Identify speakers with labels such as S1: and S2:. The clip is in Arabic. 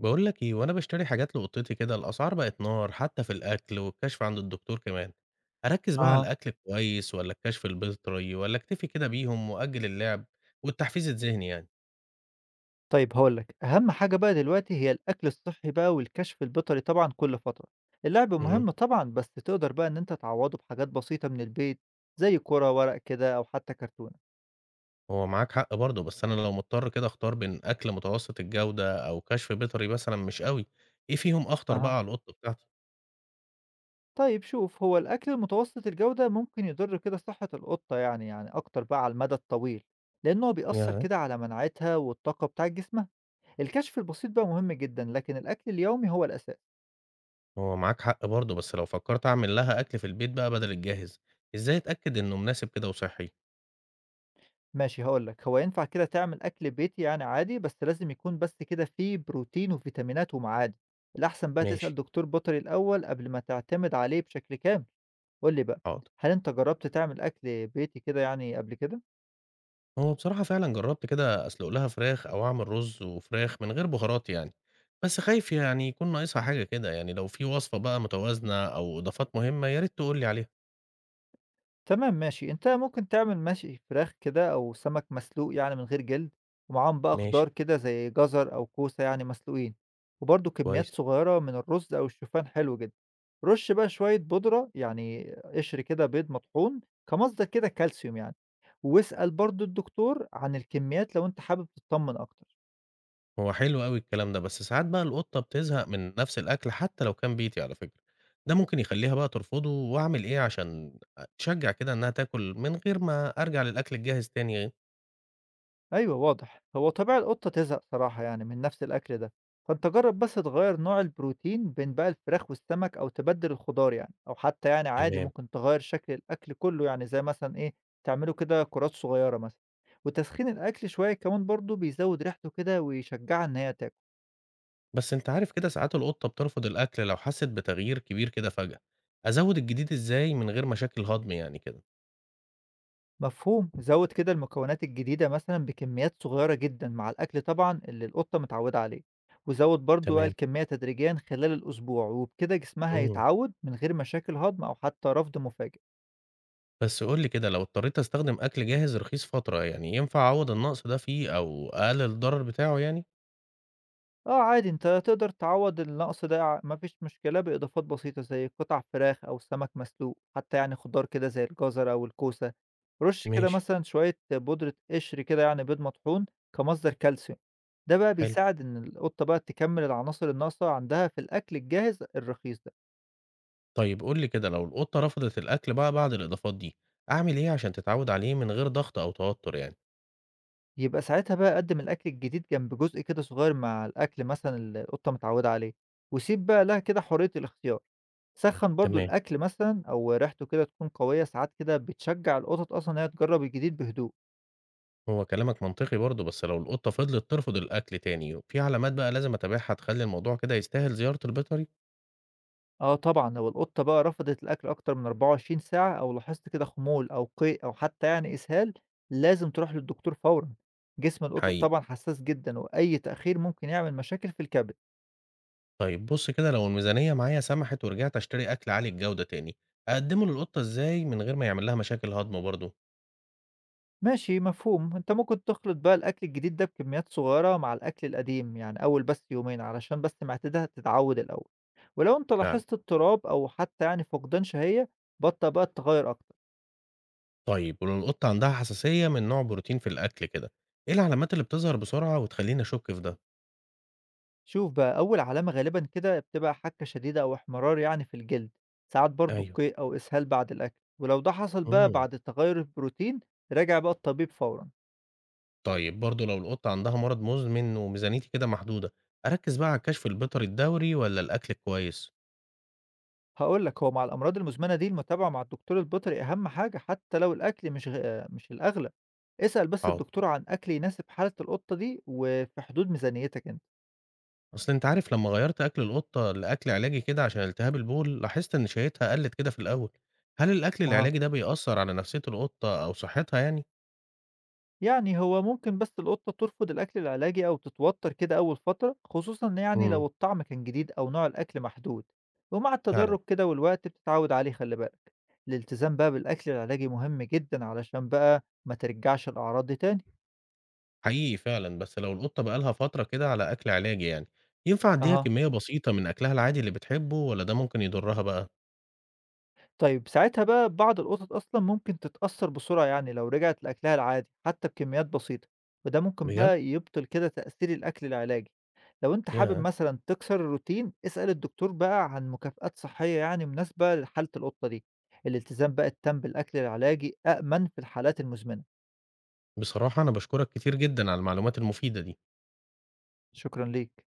S1: بقول لك ايه وانا بشتري حاجات لقطتي كده، الاسعار بقت نار حتى في الاكل والكشف عند الدكتور كمان. اركز بقى على
S2: آه.
S1: الاكل كويس ولا الكشف البيطري ولا اكتفي كده بيهم واجل اللعب والتحفيز الذهني يعني
S2: طيب هاقول لك، أهم حاجة بقى دلوقتي هي الأكل الصحّي بقى والكشف البيطري طبعًا كل فترة. اللعب
S1: مهم.
S2: مهم طبعًا، بس تقدر بقى إن أنت تعوّضه بحاجات بسيطة من البيت، زي كورة، ورق كده أو حتى كرتونة.
S1: هو معاك حق برضه، بس انا لو مضطر كده اختار بين اكل متوسط الجودة او كشف بيطري مثلا مش قوي، ايه فيهم اخطر
S2: أها.
S1: بقى على القطة بتاعتي؟
S2: طيب شوف، هو الأكل المتوسط الجودة ممكن يضر كده صحة القطة يعني أكتر بقى على المدى الطويل، لإن هو بيأثّر
S1: يا
S2: كده على مناعتها والطاقة بتاعة جسمها. الكشف البسيط بقى مهم جدًا، لكن الأكل اليومي هو الأساس.
S1: هو معاك حق برضه، بس لو فكرت اعمل لها اكل في البيت بقى بدل الجاهز، ازاي اتاكد انه مناسب كده وصحي؟
S2: ماشي هاقول لك، هو ينفع كده تعمل أكل بيتي يعني عادي، بس لازم يكون بس كده فيه بروتين وفيتامينات ومعادن، الأحسن بقى تسأل
S1: ماشي.
S2: دكتور بيطري الأول قبل ما تعتمد عليه بشكل كامل، قُل لي بقى،
S1: حاضر.
S2: هل أنت جرّبت تعمل أكل بيتي كده يعني قبل كده؟
S1: هو بصراحة فعلًا جرّبت كده أسلُق لها فراخ أو أعمل رُز وفراخ من غير بهارات يعني، بس خايف يعني يكون ناقصها حاجة كده، يعني لو في وصفة بقى متوازنة أو إضافات مهمة يا ريت تقول لي عليها.
S2: تمام ماشي، أنت ممكن تعمل ماشي فراخ كده أو سمك مسلوق يعني من غير جلد، ومعاهم بقى
S1: ماشي.
S2: خضار كده زي جزر أو كوسة يعني مسلوقين، وبرضه
S1: كويس.
S2: كميات صغيرة من الرز أو الشوفان حلو جدًا، رش بقى شوية بودرة يعني قشر كده بيض مطحون كمصدر كده كالسيوم يعني، واسأل برضه الدكتور عن الكميات لو أنت حابب تتطمن أكتر.
S1: هو حلو أوي الكلام ده، بس ساعات بقى القطة بتزهق من نفس الأكل حتى لو كان بيتي على فكرة، ده ممكن يخلّيها بقى ترفضه، وأعمل إيه عشان أ تشجّع كده إنها تاكل من غير ما أرجع للأكل الجاهز تاني؟
S2: أيوه واضح، هو طبيعي القطة تزهق صراحة يعني من نفس الأكل ده، فأنت جرب بس تغيّر نوع البروتين بين بقى الفراخ والسمك أو تبدّل الخضار يعني، أو حتى يعني عادي
S1: تمام.
S2: ممكن تغيّر شكل الأكل كلّه يعني زي مثلًا إيه، تعمله كده كرات صغيّرة مثلًا، وتسخين الأكل شوية كمان برضه بيزوّد ريحته كده ويشجّعها إن هي تاكل.
S1: بس أنت عارف كده ساعات القطة بترفض الأكل لو حست بتغيير كبير كده فجأة، أزود الجديد إزاي من غير مشاكل هضم يعني كده؟
S2: مفهوم زود كده المكونات الجديدة مثلا بكميات صغيرة جدا مع الأكل طبعا اللي القطة متعودة عليه وزود برضو بقى
S1: تمام.
S2: الكمية تدريجيا خلال الأسبوع وبكده جسمها
S1: مم.
S2: يتعود من غير مشاكل هضم أو حتى رفض مفاجئ.
S1: بس قول لي كده لو اضطريت أستخدم أكل جاهز رخيص فترة، يعني ينفع أعوض النقص ده فيه أو أقلل الضرر بتاعه يعني؟
S2: آه، عادي أنت تقدر تعوّض النقص ده ع ما فيش مشكلة بإضافات بسيطة زي قطع فراخ أو سمك مسلوق، حتى يعني خضار كده زي الجزر أو الكوسة، رُش كده
S1: ماشي.
S2: مثلًا شوية بودرة قشر كده يعني بيض مطحون كمصدر كالسيوم، ده بقى
S1: حلو.
S2: بيساعد إن القطة بقى تكمّل العناصر الناقصة عندها في الأكل الجاهز الرخيص ده،
S1: طيب قول لي كده لو القطة رفضت الأكل بقى بعد الإضافات دي، أعمل إيه عشان تتعود عليه من غير ضغط أو توتر يعني؟
S2: يبقى ساعتها بقى قدّم الأكل الجديد جنب جزء كده صغير مع الأكل مثلًا اللي القطة متعودة عليه، وسيب بقى لها كده حرية الاختيار. سخّن برضه
S1: تمام.
S2: الأكل مثلًا أو ريحته كده تكون قوية، ساعات كده بتشجّع القطط أصلًا إن هي تجرّب الجديد بهدوء.
S1: هو كلامك منطقي برضه، بس لو القطة فضلت ترفض الأكل تاني، في علامات بقى لازم أتابعها تخلي الموضوع كده يستاهل زيارة البيطري؟
S2: آه طبعًا، لو القطة بقى رفضت الأكل أكتر من 24 ساعة أو لاحظت كده خمول أو قيء أو حتى يعني إسهال، لازم تروح للدكتور فورًا. جسم القطط
S1: حقيقي.
S2: طبعًا حسّاس جدًا وأي تأخير ممكن يعمل مشاكل في الكبد.
S1: طيب بُص كده، لو الميزانية معايا سمحت ورجعت أشتري أكل عالي الجودة تاني، أقدّمه للقطة إزاي من غير ما يعمل لها مشاكل هضم برضه؟
S2: ماشي مفهوم، أنت ممكن تخلط بقى الأكل الجديد ده بكميات صغيرة مع الأكل القديم، يعني أول بس يومين علشان بس معدتها تتعود الأول، ولو أنت
S1: فعلًا.
S2: لاحظت اضطراب أو حتى يعني فقدان شهية بطل بقى تغير أكتر،
S1: طيب ولو القطة عندها حساسية من نوع بروتين في الأكل كده، إيه العلامات اللي بتظهر بسرعة وتخلّيني أشُك في ده؟
S2: شوف بقى أول علامة غالبا كده بتبقى حكة شديدة أو احمرار يعني في الجلد، ساعات برضه
S1: أيوه.
S2: قيء أو إسهال بعد الأكل، ولو ده حصل بقى
S1: إمم.
S2: بعد تغير البروتين راجع بقى الطبيب فورا.
S1: طيب برضه لو القطة عندها مرض مزمن وميزانيتي كده محدودة، أركّز بقى على الكشف البيطري الدوري والّا الأكل الكويس؟
S2: هاقول لك، هو مع الأمراض المزمنة دي المتابعة مع الدكتور البيطري أهم حاجة حتى لو الأكل مش مش الأغلى، اسأل بس
S1: حاضر.
S2: الدكتور عن أكل يناسب حالة القطة دي وفي حدود ميزانيتك أنت،
S1: أصل أنت عارف لمّا غيّرت أكل القطة لأكل علاجي كده عشان التهاب البول، لاحظت إن شهيتها قلّت كده في الأول. هل الأكل
S2: أها.
S1: العلاجي ده بيأثّر على نفسية القطة أو صحتها يعني؟
S2: يعني هو ممكن بس القطة ترفض الأكل العلاجي أو تتوتر كده أول فترة، خصوصًا يعني
S1: إمم.
S2: لو الطعم كان جديد أو نوع الأكل محدود، ومع
S1: فعلًا.
S2: التدرج كده والوقت بتتعود عليه خلّي بالك، الالتزام بقى بالأكل العلاجي مهم جدًا علشان بقى ما ترجعش الأعراض دي تاني.
S1: حقيقي فعلًا، بس لو القطة بقى لها فترة كده على أكل علاجي يعني، ينفع أدّيها
S2: أها.
S1: كمية بسيطة من أكلها العادي اللي بتحبه والّا ده ممكن يضرها بقى؟
S2: طيب ساعتها بقى بعض القطط أصلًا ممكن تتأثّر بسرعة يعني لو رجعت لأكلها العادي حتى بكميات بسيطة، وده ممكن
S1: بجد!
S2: بقى يبطل كده تأثير الأكل العلاجي. لو أنت حابب
S1: ياه!
S2: مثلًا تكسر الروتين، اسأل الدكتور بقى عن مكافآت صحية يعني مناسبة لحالة القطة دي. الالتزام بقى التام بالأكل العلاجي أأمن في الحالات المزمنة.
S1: بصراحة أنا باشكرك كتير جدًا على المعلومات المفيدة دي.
S2: شكرًا ليك.